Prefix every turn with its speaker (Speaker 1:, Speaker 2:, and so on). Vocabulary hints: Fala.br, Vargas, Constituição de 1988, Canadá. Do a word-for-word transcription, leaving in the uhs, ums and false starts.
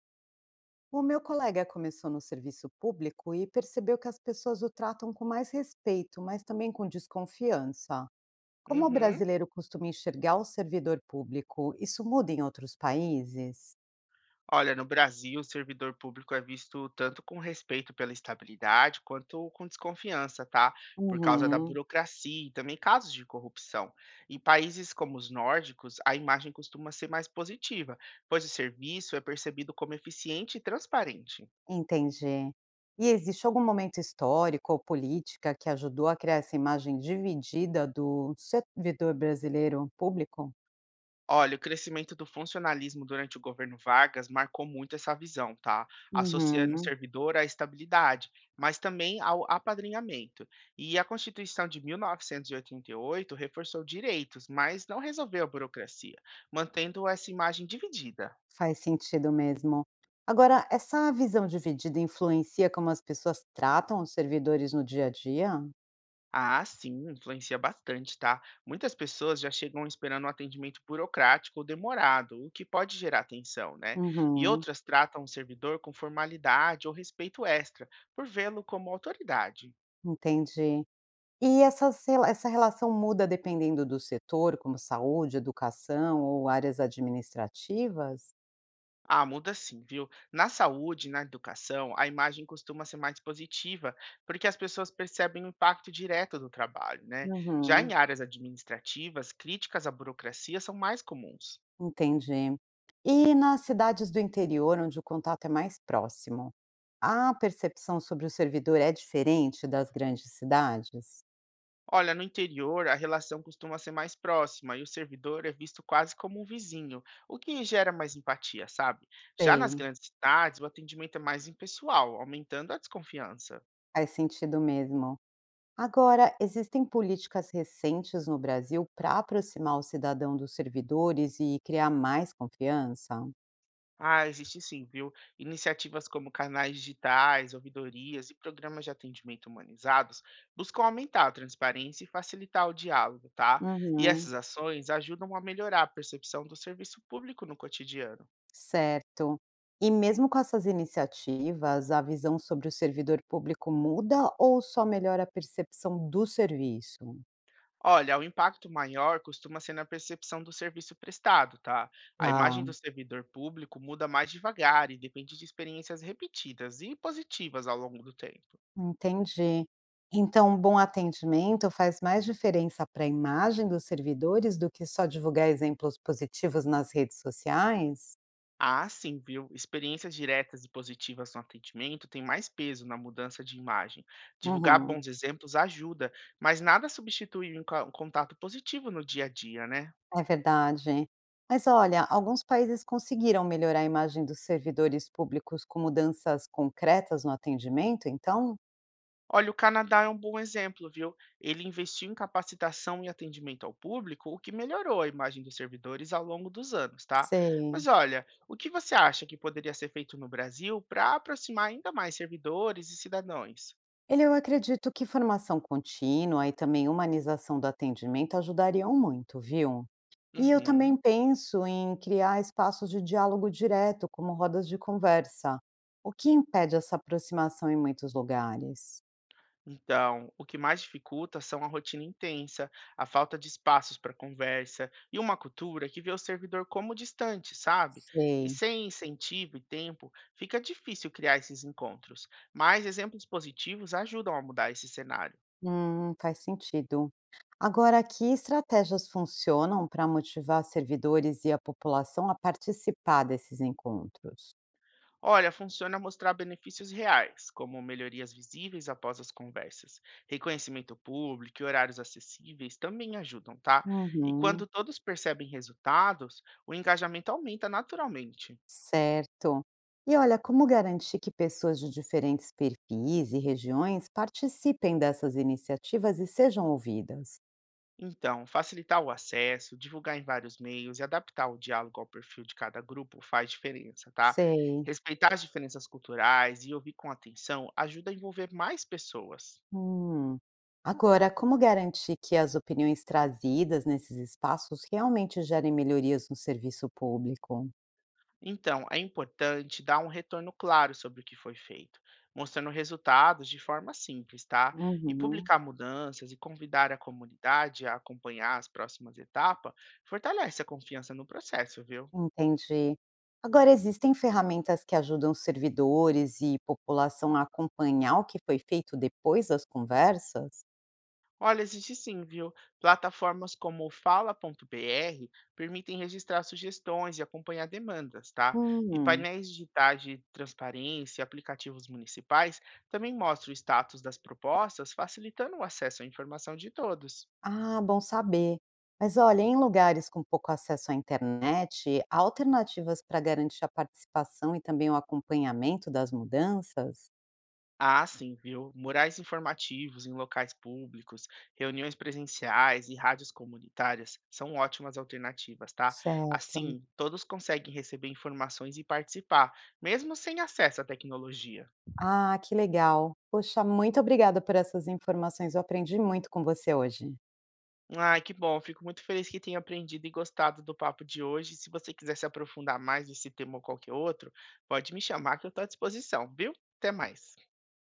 Speaker 1: O meu colega começou no serviço público e percebeu que as pessoas o tratam com mais respeito, mas também com desconfiança. Como o
Speaker 2: Uhum.
Speaker 1: brasileiro costuma enxergar o servidor público, isso muda em outros países?
Speaker 2: Olha, no Brasil, o servidor público é visto tanto com respeito pela estabilidade quanto com desconfiança, tá? Por causa da
Speaker 1: Uhum,
Speaker 2: burocracia e também casos de corrupção. Em países como os nórdicos, a imagem costuma ser mais positiva, pois o serviço é percebido como eficiente e transparente.
Speaker 1: entendi. E existe algum momento histórico ou política que ajudou a criar essa imagem dividida do servidor brasileiro público?
Speaker 2: Olha, o crescimento do funcionalismo durante o governo Vargas marcou muito essa visão, tá? Associando o
Speaker 1: Uhum.
Speaker 2: servidor à estabilidade, mas também ao apadrinhamento. E a Constituição de mil novecentos e oitenta e oito reforçou direitos, mas não resolveu a burocracia, mantendo essa imagem dividida.
Speaker 1: Faz sentido mesmo. Agora, essa visão dividida influencia como as pessoas tratam os servidores no dia a dia?
Speaker 2: Ah, sim, influencia bastante, tá? Muitas pessoas já chegam esperando um atendimento burocrático ou demorado, o que pode gerar tensão, né? E
Speaker 1: Uhum,
Speaker 2: outras tratam o servidor com formalidade ou respeito extra, por vê-lo como autoridade.
Speaker 1: entendi. E essas rela- essa relação muda dependendo do setor, como saúde, educação ou áreas administrativas?
Speaker 2: Ah, muda sim, viu? Na saúde, na educação, a imagem costuma ser mais positiva, porque as pessoas percebem o impacto direto do trabalho, né? Já
Speaker 1: Uhum,
Speaker 2: em áreas administrativas, críticas à burocracia são mais comuns.
Speaker 1: entendi. E nas cidades do interior, onde o contato é mais próximo, a percepção sobre o servidor é diferente das grandes cidades?
Speaker 2: Olha, no interior, a relação costuma ser mais próxima e o servidor é visto quase como um vizinho, o que gera mais empatia, sabe? Já nas
Speaker 1: Sei,
Speaker 2: grandes cidades, o atendimento é mais impessoal, aumentando a desconfiança.
Speaker 1: faz sentido mesmo. Agora, existem políticas recentes no Brasil para aproximar o cidadão dos servidores e criar mais confiança?
Speaker 2: Ah, existe sim, viu? Iniciativas como canais digitais, ouvidorias e programas de atendimento humanizados buscam aumentar a transparência e facilitar o diálogo, tá? E
Speaker 1: Uhum,
Speaker 2: essas ações ajudam a melhorar a percepção do serviço público no cotidiano.
Speaker 1: certo. E mesmo com essas iniciativas, a visão sobre o servidor público muda ou só melhora a percepção do serviço?
Speaker 2: Olha, o impacto maior costuma ser na percepção do serviço prestado, tá? A
Speaker 1: Tá,
Speaker 2: imagem do servidor público muda mais devagar e depende de experiências repetidas e positivas ao longo do tempo.
Speaker 1: entendi. Então, um bom atendimento faz mais diferença para a imagem dos servidores do que só divulgar exemplos positivos nas redes sociais?
Speaker 2: Ah, sim, viu? Experiências diretas e positivas no atendimento têm mais peso na mudança de imagem. Divulgar
Speaker 1: Uhum.
Speaker 2: bons exemplos ajuda, mas nada substitui um ca- um contato positivo no dia a dia, né?
Speaker 1: É verdade. Mas olha, alguns países conseguiram melhorar a imagem dos servidores públicos com mudanças concretas no atendimento, então?
Speaker 2: Olha, o Canadá é um bom exemplo, viu? Ele investiu em capacitação e atendimento ao público, o que melhorou a imagem dos servidores ao longo dos anos, tá?
Speaker 1: Sei.
Speaker 2: Mas olha, o que você acha que poderia ser feito no Brasil para aproximar ainda mais servidores e cidadãos?
Speaker 1: Ele, eu acredito que formação contínua e também humanização do atendimento ajudariam muito, viu? E eu também
Speaker 2: Uhum.
Speaker 1: penso em criar espaços de diálogo direto, como rodas de conversa, o que impede essa aproximação em muitos lugares.
Speaker 2: Então, o que mais dificulta são a rotina intensa, a falta de espaços para conversa e uma cultura que vê o servidor como distante, sabe? E
Speaker 1: Sei.
Speaker 2: sem incentivo e tempo, fica difícil criar esses encontros, mas exemplos positivos ajudam a mudar esse cenário.
Speaker 1: Hum, faz sentido. Agora, que estratégias funcionam para motivar servidores e a população a participar desses encontros?
Speaker 2: Olha, funciona mostrar benefícios reais, como melhorias visíveis após as conversas. Reconhecimento público e horários acessíveis também ajudam, tá? E
Speaker 1: Uhum,
Speaker 2: quando todos percebem resultados, o engajamento aumenta naturalmente.
Speaker 1: certo. E olha, como garantir que pessoas de diferentes perfis e regiões participem dessas iniciativas e sejam ouvidas?
Speaker 2: Então, facilitar o acesso, divulgar em vários meios e adaptar o diálogo ao perfil de cada grupo faz diferença, tá?
Speaker 1: Sei.
Speaker 2: Respeitar as diferenças culturais e ouvir com atenção ajuda a envolver mais pessoas.
Speaker 1: Hum. Agora, como garantir que as opiniões trazidas nesses espaços realmente gerem melhorias no serviço público?
Speaker 2: Então, é importante dar um retorno claro sobre o que foi feito, mostrando resultados de forma simples, tá? E
Speaker 1: Uhum.
Speaker 2: publicar mudanças e convidar a comunidade a acompanhar as próximas etapas fortalece a confiança no processo, viu?
Speaker 1: Entendi. Agora, existem ferramentas que ajudam servidores e população a acompanhar o que foi feito depois das conversas?
Speaker 2: Olha, existe sim, viu? Plataformas como o Fala.br permitem registrar sugestões e acompanhar demandas, tá? E
Speaker 1: Hum,
Speaker 2: painéis digitais de transparência e aplicativos municipais também mostram o status das propostas, facilitando o acesso à informação de todos.
Speaker 1: ah, bom saber. Mas olha, em lugares com pouco acesso à internet, há alternativas para garantir a participação e também o acompanhamento das mudanças?
Speaker 2: Ah, sim, viu? Murais informativos em locais públicos, reuniões presenciais e rádios comunitárias são ótimas alternativas, tá?
Speaker 1: Certo.
Speaker 2: Assim, todos conseguem receber informações e participar, mesmo sem acesso à tecnologia.
Speaker 1: Ah, que legal. Poxa, muito obrigada por essas informações. Eu aprendi muito com você hoje.
Speaker 2: Ai, que bom, fico muito feliz que tenha aprendido e gostado do papo de hoje. Se você quiser se aprofundar mais nesse tema ou qualquer outro, pode me chamar que eu estou à disposição, viu? Até mais.